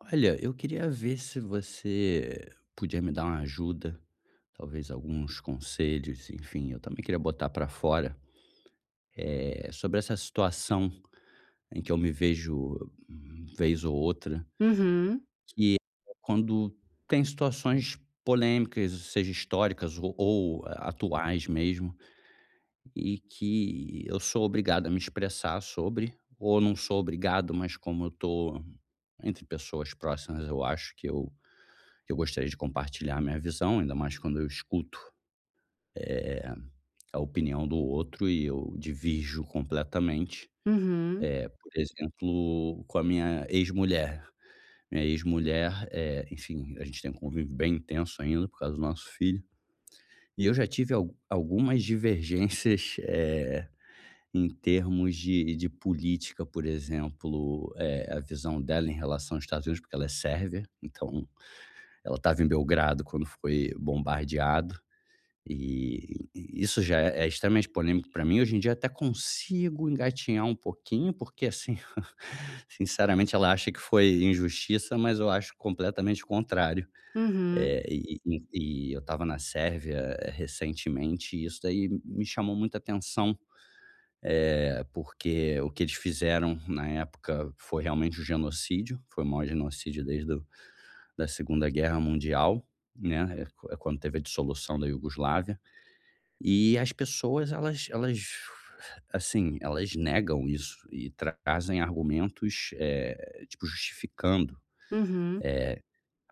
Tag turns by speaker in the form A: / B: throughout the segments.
A: Olha, eu queria ver se você podia me dar uma ajuda, talvez alguns conselhos, enfim, eu também queria botar pra fora, sobre essa situação em que eu me vejo vez ou outra,
B: Uhum,
A: que é quando tem situações polêmicas, seja históricas ou atuais mesmo, e que eu sou obrigado a me expressar sobre, ou não sou obrigado, mas como eu tô entre pessoas próximas, eu acho que eu gostaria de compartilhar minha visão, ainda mais quando eu escuto eh, a opinião do outro e eu divirjo completamente.
B: uhum,
A: Por exemplo, com a minha ex-mulher. Minha ex-mulher, enfim, a gente tem um convívio bem intenso ainda por causa do nosso filho. E eu já tive algumas divergências em termos de política, por exemplo, a visão dela em relação aos Estados Unidos, porque ela é sérvia, então ela estava em Belgrado quando foi bombardeado. E isso já é extremamente polêmico para mim. Hoje em dia até consigo engatinhar um pouquinho, porque assim, sinceramente ela acha que foi injustiça, mas eu acho completamente o contrário.
B: uhum,
A: E eu estava na Sérvia recentemente e isso daí me chamou muita atenção, porque o que eles fizeram na época foi realmente um genocídio, foi o maior genocídio desde do da Segunda Guerra Mundial, né, é quando teve a dissolução da Iugoslávia. E as pessoas elas, assim, elas negam isso e trazem argumentos, tipo, justificando.
B: uhum.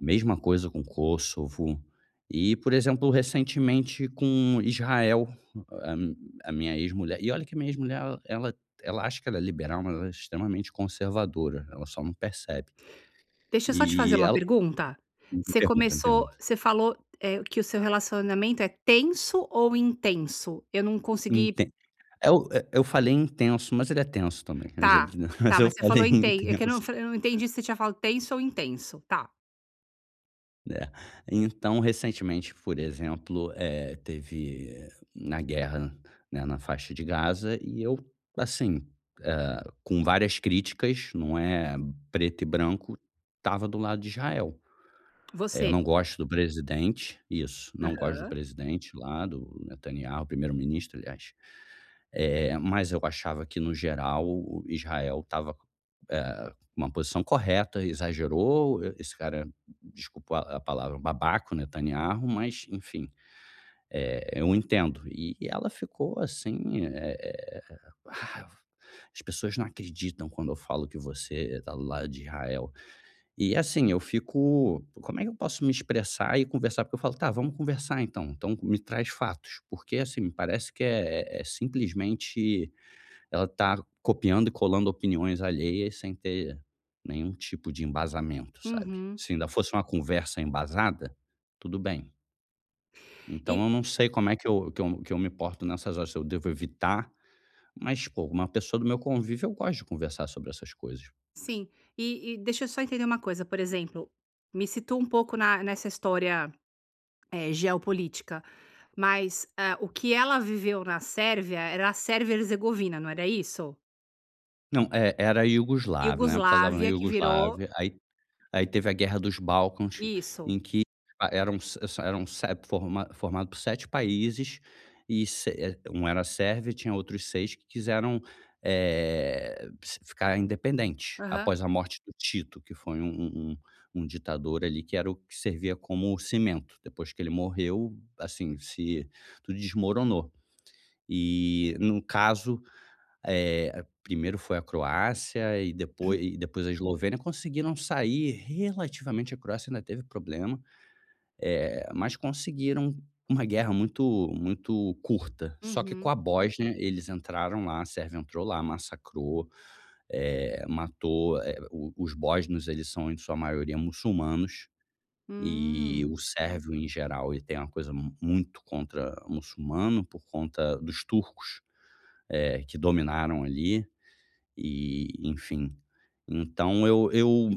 A: A mesma coisa com Kosovo e, por exemplo, recentemente com Israel, a a minha ex-mulher e olha que a minha ex-mulher ela ela acha que ela é liberal, mas ela é extremamente conservadora, ela só não percebe.
B: Deixa eu só te fazer
A: E
B: uma
A: ela
B: pergunta.
A: me
B: Você
A: pergunta, me
B: começou
A: pergunta.
B: você falou, que o seu relacionamento é tenso ou intenso? Eu não consegui.
A: Inten eu eu falei intenso, mas ele é tenso também, mas ele
B: Tá,
A: mas
B: tá,
A: eu
B: mas você
A: falei
B: falou inten, é que eu
A: intenso.
B: não eu não entendi se você tinha falado tenso ou intenso. Tá,
A: É. Então, recentemente, por exemplo, teve na guerra, né, na faixa de Gaza, e eu, assim, com várias críticas, não é preto e branco, estava do lado de Israel. Eu
B: você.
A: não gosto do presidente, isso, não gosto do
B: Aham,
A: presidente lá, do Netanyahu, primeiro-ministro, aliás. Mas eu achava que, no geral, o Israel estava, com uma posição correta, exagerou, e esse cara, desculpa a palavra, babaca, o Netanyahu, mas enfim, eu entendo. E ela ficou assim, "Ah, as pessoas não acreditam quando eu falo que você está do lado de Israel". E assim, eu fico, como é que eu posso me expressar e conversar? Porque eu falo: "Tá, vamos conversar então, me traz fatos", porque assim, me parece que é simplesmente ela está copiando e colando opiniões alheias sem ter nenhum tipo de embasamento, sabe.
B: uhum.
A: Se ainda fosse uma conversa embasada, tudo bem. Então
B: E
A: eu não sei como é que eu me porto nessas horas, se eu devo evitar, mas, pô, uma pessoa do meu convívio eu gosto de conversar sobre essas coisas.
B: sim, e deixa eu só entender uma coisa, por exemplo, me situa um pouco na nessa história. É, geopolítica. Mas, ah, o que ela viveu na Sérvia era a Sérvia e Herzegovina, não era isso?
A: Não, era iugoslávia, na época ela estava na
B: Iugoslávia que virou
A: Iugoslávia, aí teve a Guerra dos Balcãs,
B: isso.
A: em que a eram se forma formado por 7 países e se eh, um era sérvio e tinha outros 6 que quiseram, se ficar independente
B: Aham.
A: após a morte do Tito, que foi um ditador ali que era o que servia como cimento. Depois que ele morreu, assim, se tudo desmoronou. E, no caso, primeiro foi a Croácia e depois a Eslovênia, conseguiram sair relativamente, a Croácia ainda teve problema, mas conseguiram uma guerra muito muito curta. Só que com
B: Uhum.
A: a Bósnia, eles entraram lá, a Sérvia entrou lá, massacrou, matou, o os bósnios, eles são em sua maioria muçulmanos, e o
B: Hum.
A: sérvio em geral, ele tem uma coisa muito contra muçulmano, por conta dos turcos, que dominaram ali. E, enfim. Então eu,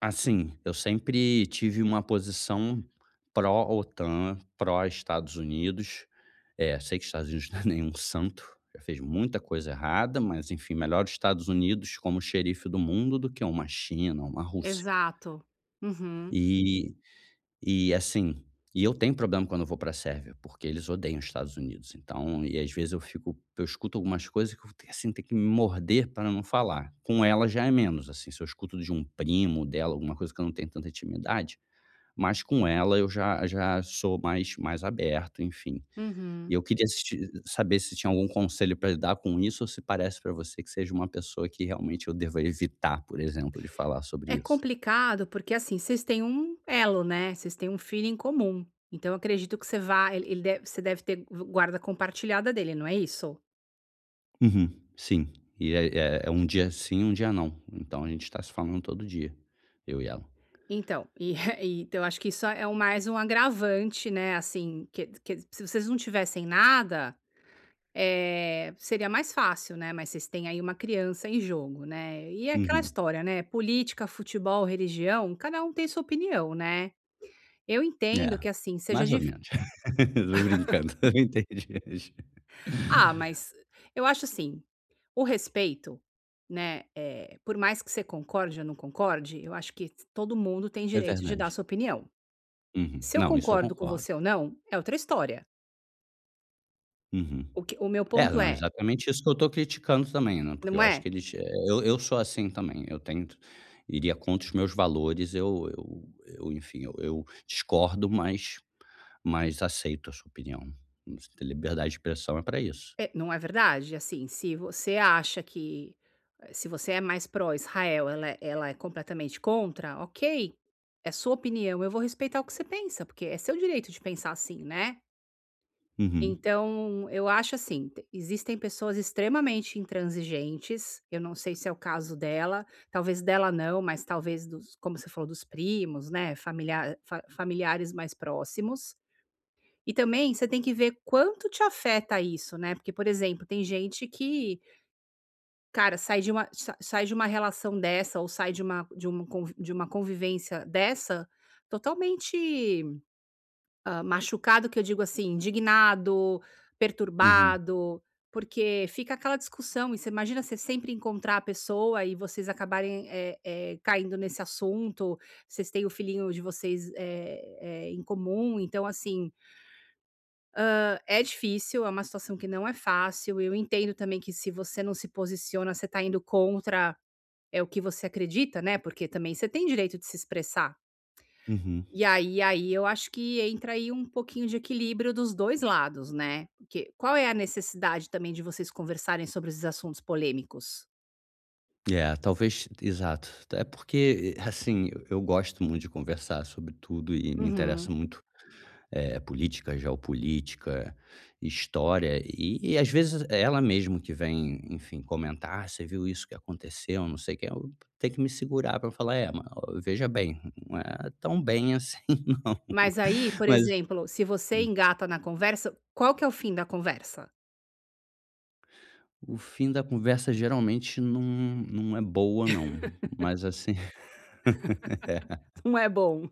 A: assim, eu sempre tive uma posição pró-OTAN, pró-Estados Unidos. Sei que Estados Unidos não é nenhum santo, já fez muita coisa errada, mas enfim, melhor os Estados Unidos como xerife do mundo do que uma China, uma Rússia.
B: Exato. Uhum.
A: E e assim, e eu tenho problema quando eu vou para a Sérvia, porque eles odeiam os Estados Unidos, então e às vezes eu escuto algumas coisas que eu tenho, assim, tenho que me morder para não falar. Com ela já é menos, assim, se eu escuto de um primo dela, alguma coisa que eu não tenho tanta intimidade, mas com ela eu já sou mais aberto, enfim. E
B: Uhum.
A: eu queria assistir saber se tinha algum conselho para lidar com isso ou se parece para você que seja uma pessoa que realmente eu deva evitar, por exemplo, de falar sobre
B: É
A: isso.
B: complicado, porque, assim, vocês têm um elo, né, vocês têm um filho em comum. Então, eu acredito que você vá ele ele deve você deve ter guarda compartilhada dele, não é isso?
A: Uhum, sim. E é um dia sim, um dia não. Então a gente tá se falando todo dia, eu e ela.
B: Então, e e então acho que isso é o mais um agravante, né, assim, que se vocês não tivessem nada, seria mais fácil, né, mas vocês têm aí uma criança em jogo, né. E é aquela
A: Uhum.
B: história, né, política, futebol, religião, cada um tem sua opinião, né. Eu
A: É,
B: entendo que, assim, seja
A: mais ou
B: dif,
A: menos. Tô brincando, eu entendi.
B: ah, mas eu acho assim, o respeito, né, por mais que você concorde ou não concorde, eu acho que todo mundo tem
A: É
B: direito de
A: verdade.
B: dar sua opinião.
A: Uhum.
B: Se eu
A: Não, isso eu
B: concordo com
A: concordo.
B: você ou não, é outra história.
A: Uhum.
B: O que o meu
A: É,
B: ponto
A: não,
B: é,
A: exatamente isso que eu tô criticando também, né, porque eu
B: não
A: acho que
B: é?
A: eles, eu sou assim também, eu tento iria contra os meus valores, eu enfim, eu discordo, mas aceito a sua opinião. Liberdade de expressão é para isso.
B: É, não é verdade? Assim, se você acha que se você é mais pró-Israel, ela é completamente contra, ok, é sua opinião, eu vou respeitar o que você pensa, porque é seu direito de pensar assim, né.
A: Uhum,
B: Então, eu acho assim, te existem pessoas extremamente intransigentes, eu não sei se é o caso dela, talvez dela não, mas talvez dos, como você falou, dos primos, né, familiares mais próximos. E também você tem que ver quanto te afeta isso, né, porque, por exemplo, tem gente que, cara, sai de uma relação dessa ou sai de uma conv de uma convivência dessa totalmente, hã, machucado, que eu digo assim, indignado,
A: uhum,
B: perturbado, porque fica aquela discussão e você imagina você sempre encontrar a pessoa e vocês acabarem, caindo nesse assunto, vocês têm o filhinho de vocês, em comum, então assim, é difícil, é uma situação que não é fácil. Eu entendo também que se você não se posiciona, você tá indo contra, é o que você acredita, né, porque também você tem direito de se expressar.
A: uhum.
B: E aí eu acho que entra aí um pouquinho de equilíbrio dos 2 lados, né. Porque qual é a necessidade também de vocês conversarem sobre esses assuntos polêmicos?
A: É, talvez exato. É porque, assim, eu gosto muito de conversar sobre tudo e me interessa
B: Uhum.
A: muito, política, geopolítica, história, e às vezes é ela mesmo que vem, enfim, comentar: "Ah, você viu isso que aconteceu, não sei o quê", eu tenho que me segurar para falar: "É, mas ó, veja bem, não é tão bem assim não".
B: Mas aí, por
A: Mas
B: exemplo, se você engata na conversa, qual que é o fim da conversa?
A: o fim da conversa geralmente não é boa não, mas assim
B: Não é bom.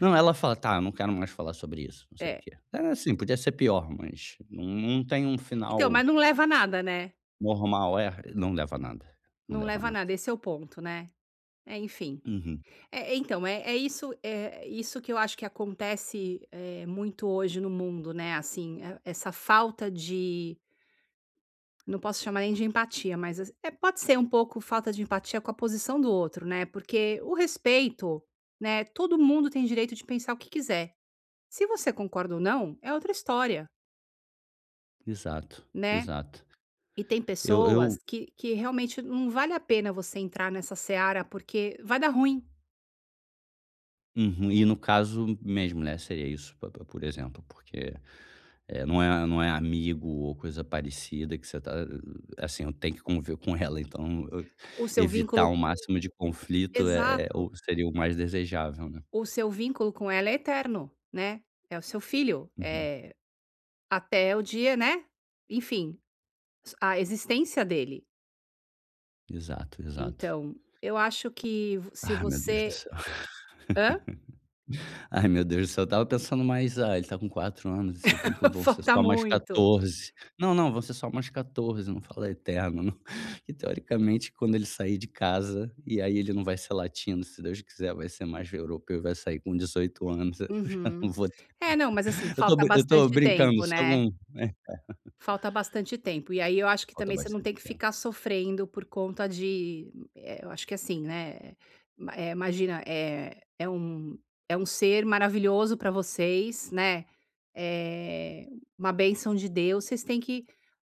A: Não, ela fala: "Tá, eu não quero mais falar sobre isso, não sei o
B: É.
A: quê". É assim, podia ser pior, mas não tem um
B: Então,
A: final
B: mas não leva a nada, né.
A: normal. É, não leva a nada, não
B: Não
A: leva a
B: leva a
A: nada.
B: nada, esse é o ponto, né. É, enfim.
A: Uhum.
B: É, é, então, é, é isso que eu acho que acontece muito hoje no mundo, né? Assim, é- essa falta de. Não posso chamar nem de empatia, mas as-, é, pode ser um pouco falta de empatia com a posição do outro, né? Porque o respeito, né? Todo mundo tem direito de pensar o que quiser. Se você concorda ou não, é outra história,
A: Exato,
B: né?
A: exato.
B: E tem
A: Eu
B: pessoas que realmente não vale a pena você entrar nessa seara, porque vai dar ruim
A: uhum. E no caso mesmo, né, seria isso, po po por exemplo, porque, não é amigo ou coisa parecida que você tá assim, eu tenho que conviver com ela, então eu
B: o seu vínculo.
A: evitar o máximo de conflito é é
B: Exato.
A: o seria o mais desejável, né.
B: O seu vínculo com ela é eterno, né, é o seu filho,
A: Uhum.
B: eh, até o dia, né, enfim, s a existência dele.
A: Exato, exato.
B: Então, eu acho que v se
A: Ah, meu Deus do
B: você,
A: céu.
B: hã?
A: Ai, meu Deus do céu, eu estava pensando mais: "Ah, ele está com 4 anos, esse vínculo vão ser
B: Falta
A: só mais
B: muito.
A: 14". Não, não, vão ser só mais 14, não fala eterno, não. Que teoricamente quando ele sair de casa, e aí ele não vai ser latino, se Deus quiser, vai ser mais europeu e vai sair com 18 anos, eu já não
B: Uhum.
A: vou ter
B: É, não, mas assim,
A: eu tô
B: falta
A: brin eu tô
B: bastante
A: brincando,
B: tempo,
A: só
B: né.
A: com é,
B: Falta bastante tempo. E aí eu acho que
A: falta
B: também você não
A: bastante
B: tem que
A: tempo.
B: ficar sofrendo por conta de, eu acho que assim, né, ma, imagina, é um ser maravilhoso para vocês, né, é uma bênção de Deus, vocês têm que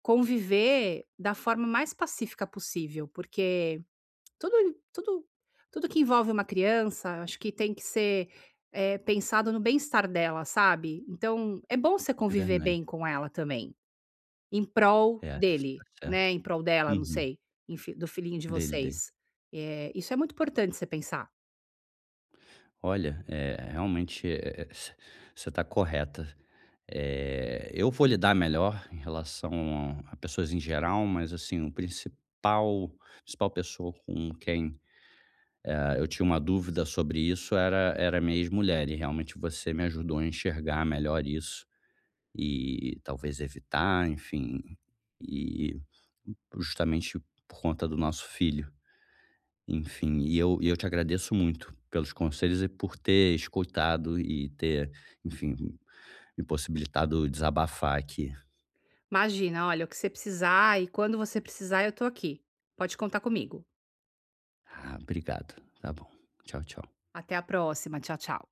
B: conviver da forma mais pacífica possível, porque tudo tudo tudo que envolve uma criança, acho que tem que ser, pensado no bem-estar dela, sabe. Então, é bom você
A: É
B: conviver
A: verdade.
B: bem com ela também. Em prol
A: É, você tá
B: dele,
A: certa.
B: né, em prol dela, não
A: Uhum.
B: sei, enfim, do filhinho de
A: Dele, dele.
B: vocês. Eh, isso é muito importante você pensar.
A: Olha, realmente, você está correta. Eu vou lidar melhor em relação a pessoas em geral, mas assim, o principal pessoa com quem, ah, eu tinha uma dúvida sobre isso era minha ex-mulher, e realmente você me ajudou a enxergar melhor isso e talvez evitar, enfim, e justamente por conta do nosso filho. Enfim, e eu te agradeço muito pelos conselhos e por ter escutado e ter, enfim, me possibilitado desabafar aqui.
B: Imagina: "Olha, o que você precisar e quando você precisar eu tô aqui. Pode contar comigo.
A: Ah, obrigado. Tá bom. Tchau, tchau.
B: Até a próxima. Tchau, tchau".